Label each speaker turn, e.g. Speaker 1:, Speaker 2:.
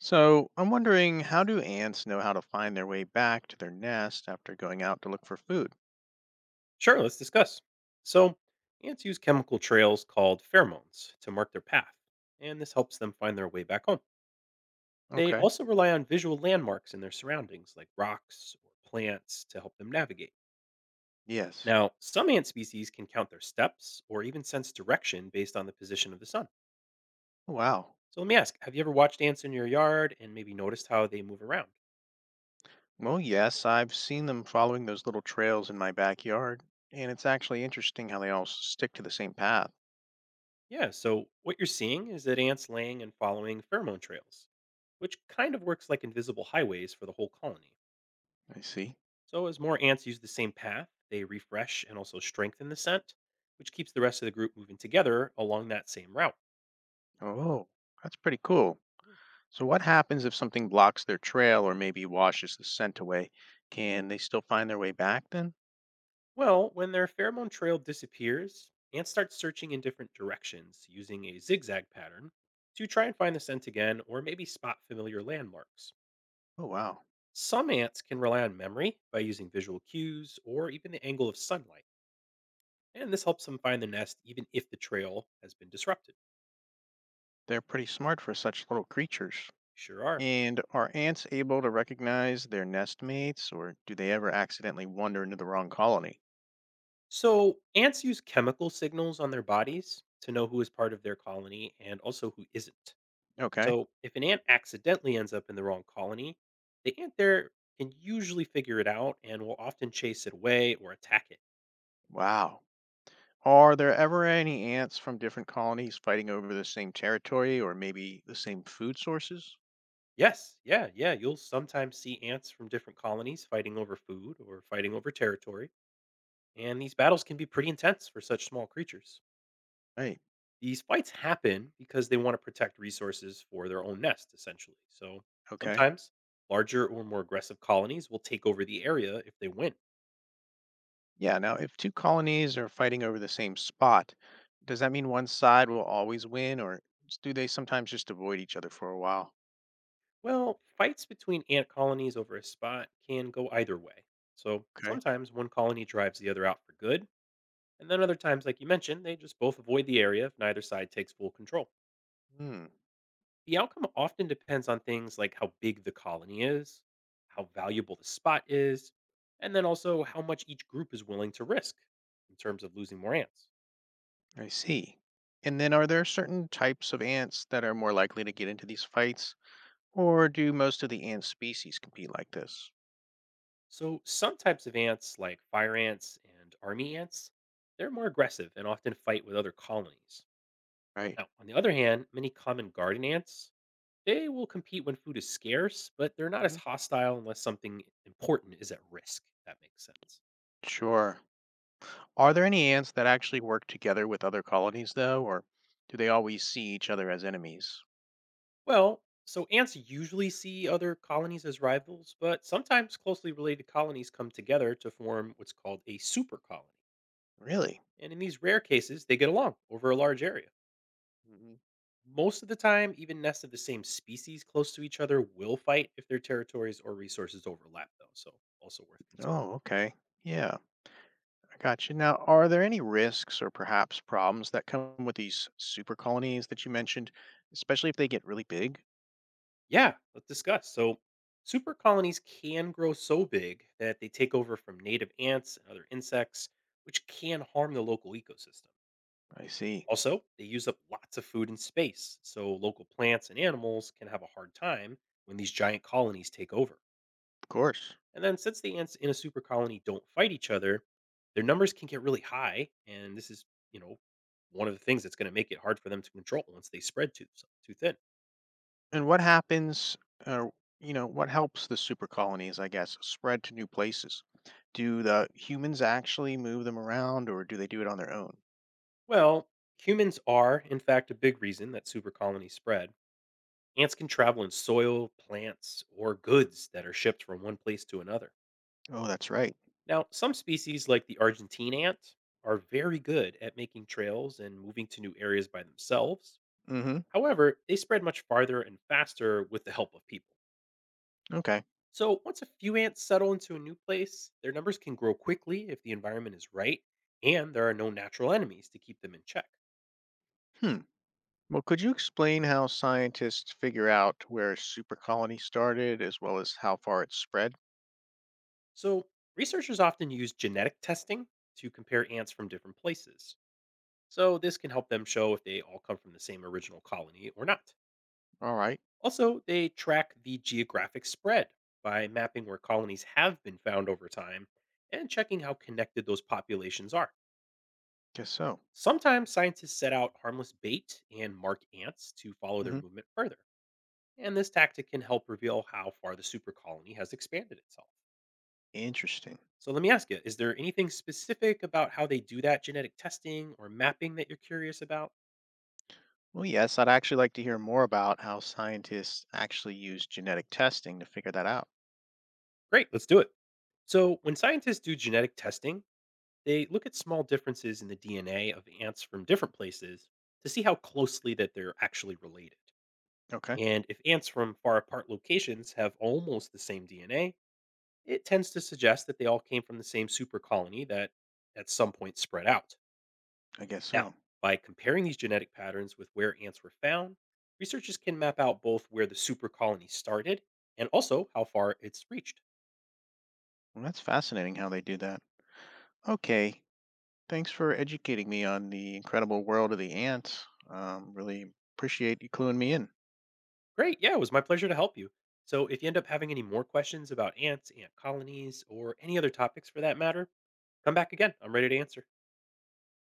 Speaker 1: So, I'm wondering how do ants know how to find their way back to their nest after going out to look for food?
Speaker 2: Sure, let's discuss. So, ants use chemical trails called pheromones to mark their path, and this helps them find their way back home. They
Speaker 1: Okay.
Speaker 2: also rely on visual landmarks in their surroundings, like rocks or plants, to help them navigate.
Speaker 1: Yes.
Speaker 2: Now, some ant species can count their steps or even sense direction based on the position of the sun.
Speaker 1: Oh, wow.
Speaker 2: So, let me ask, have you ever watched ants in your yard and maybe noticed how they move around?
Speaker 1: Well, yes, I've seen them following those little trails in my backyard, and it's actually interesting how they all stick to the same path.
Speaker 2: Yeah, so what you're seeing is that ants laying and following pheromone trails, which kind of works like invisible highways for the whole colony.
Speaker 1: I see.
Speaker 2: So, as more ants use the same path, they refresh and also strengthen the scent, which keeps the rest of the group moving together along that same route.
Speaker 1: Oh, that's pretty cool. So, what happens if something blocks their trail or maybe washes the scent away? Can they still find their way back then?
Speaker 2: Well, when their pheromone trail disappears, ants start searching in different directions using a zigzag pattern to try and find the scent again or maybe spot familiar landmarks.
Speaker 1: Oh, wow.
Speaker 2: Some ants can rely on memory by using visual cues or even the angle of sunlight, and this helps them find the nest even if the trail has been disrupted.
Speaker 1: They're pretty smart for such little creatures.
Speaker 2: Sure are.
Speaker 1: And are ants able to recognize their nest mates, or do they ever accidentally wander into the wrong colony?
Speaker 2: So, ants use chemical signals on their bodies to know who is part of their colony and also who isn't.
Speaker 1: Okay.
Speaker 2: So, if an ant accidentally ends up in the wrong colony, the ant there can usually figure it out and will often chase it away or attack it.
Speaker 1: Wow. Are there ever any ants from different colonies fighting over the same territory or maybe the same food sources?
Speaker 2: Yes, yeah, yeah. You'll sometimes see ants from different colonies fighting over food or fighting over territory. And these battles can be pretty intense for such small creatures.
Speaker 1: Right.
Speaker 2: These fights happen because they want to protect resources for their own nest, essentially. So
Speaker 1: Okay.
Speaker 2: sometimes larger or more aggressive colonies will take over the area if they win.
Speaker 1: Yeah. Now, if two colonies are fighting over the same spot, does that mean one side will always win, or do they sometimes just avoid each other for a while?
Speaker 2: Well, fights between ant colonies over a spot can go either way. So
Speaker 1: Okay.
Speaker 2: sometimes one colony drives the other out for good, and then other times, like you mentioned, they just both avoid the area if neither side takes full control.
Speaker 1: Hmm.
Speaker 2: The outcome often depends on things like how big the colony is, how valuable the spot is, and then also how much each group is willing to risk in terms of losing more ants.
Speaker 1: I see. And then are there certain types of ants that are more likely to get into these fights? Or do most of the ant species compete like this?
Speaker 2: So, some types of ants, like fire ants and army ants, they're more aggressive and often fight with other colonies.
Speaker 1: Right.
Speaker 2: Now, on the other hand, many common garden ants, they will compete when food is scarce, but they're not as
Speaker 1: Hmm.
Speaker 2: hostile unless something important is at risk, if that makes sense.
Speaker 1: Sure. Are there any ants that actually work together with other colonies, though, or do they always see each other as enemies?
Speaker 2: Well, so ants usually see other colonies as rivals, but sometimes closely related colonies come together to form what's called a super colony.
Speaker 1: Really?
Speaker 2: And in these rare cases, they get along over a large area.
Speaker 1: Hmm.
Speaker 2: Most of the time, even nests of the same species close to each other will fight if their territories or resources overlap, though. So, also worth considering.
Speaker 1: Oh, okay. Yeah, I got you. Now, are there any risks or perhaps problems that come with these super colonies that you mentioned, especially if they get really big?
Speaker 2: Yeah, let's discuss. So, super colonies can grow so big that they take over from native ants and other insects, which can harm the local ecosystem.
Speaker 1: I see.
Speaker 2: Also, they use up lots of food and space, so local plants and animals can have a hard time when these giant colonies take over.
Speaker 1: Of course.
Speaker 2: And then, since the ants in a super colony don't fight each other, their numbers can get really high. And this is, you know, one of the things that's going to make it hard for them to control once they spread too thin.
Speaker 1: And what happens, or what helps the super colonies, I guess, spread to new places? Do the humans actually move them around, or do they do it on their own?
Speaker 2: Well, humans are, in fact, a big reason that super colonies spread. Ants can travel in soil, plants, or goods that are shipped from one place to another.
Speaker 1: Oh, that's right.
Speaker 2: Now, some species like the Argentine ant are very good at making trails and moving to new areas by themselves.
Speaker 1: Mm-hmm.
Speaker 2: However, they spread much farther and faster with the help of people.
Speaker 1: Okay.
Speaker 2: So, once a few ants settle into a new place, their numbers can grow quickly if the environment is right and there are no natural enemies to keep them in check.
Speaker 1: Hmm. Well, could you explain how scientists figure out where a super colony started, as well as how far it spread?
Speaker 2: So, researchers often use genetic testing to compare ants from different places. So, this can help them show if they all come from the same original colony or not.
Speaker 1: All right.
Speaker 2: Also, they track the geographic spread by mapping where colonies have been found over time and checking how connected those populations are.
Speaker 1: Guess so.
Speaker 2: Sometimes scientists set out harmless bait and mark ants to follow their
Speaker 1: Mm-hmm.
Speaker 2: movement further. And this tactic can help reveal how far the supercolony has expanded itself.
Speaker 1: Interesting.
Speaker 2: So let me ask you, is there anything specific about how they do that genetic testing or mapping that you're curious about?
Speaker 1: Well, yes, I'd actually like to hear more about how scientists actually use genetic testing to figure that out.
Speaker 2: Great, let's do it. So, when scientists do genetic testing, they look at small differences in the DNA of ants from different places to see how closely that they're actually related.
Speaker 1: Okay.
Speaker 2: And if ants from far apart locations have almost the same DNA, it tends to suggest that they all came from the same super colony that at some point spread out.
Speaker 1: I guess
Speaker 2: Now,
Speaker 1: so.
Speaker 2: by comparing these genetic patterns with where ants were found, researchers can map out both where the super colony started and also how far it's reached.
Speaker 1: Well, that's fascinating how they do that. Okay, thanks for educating me on the incredible world of the ants. Really appreciate you cluing me in.
Speaker 2: Great. Yeah, it was my pleasure to help you. So if you end up having any more questions about ants, ant colonies, or any other topics for that matter, come back again. I'm ready to answer.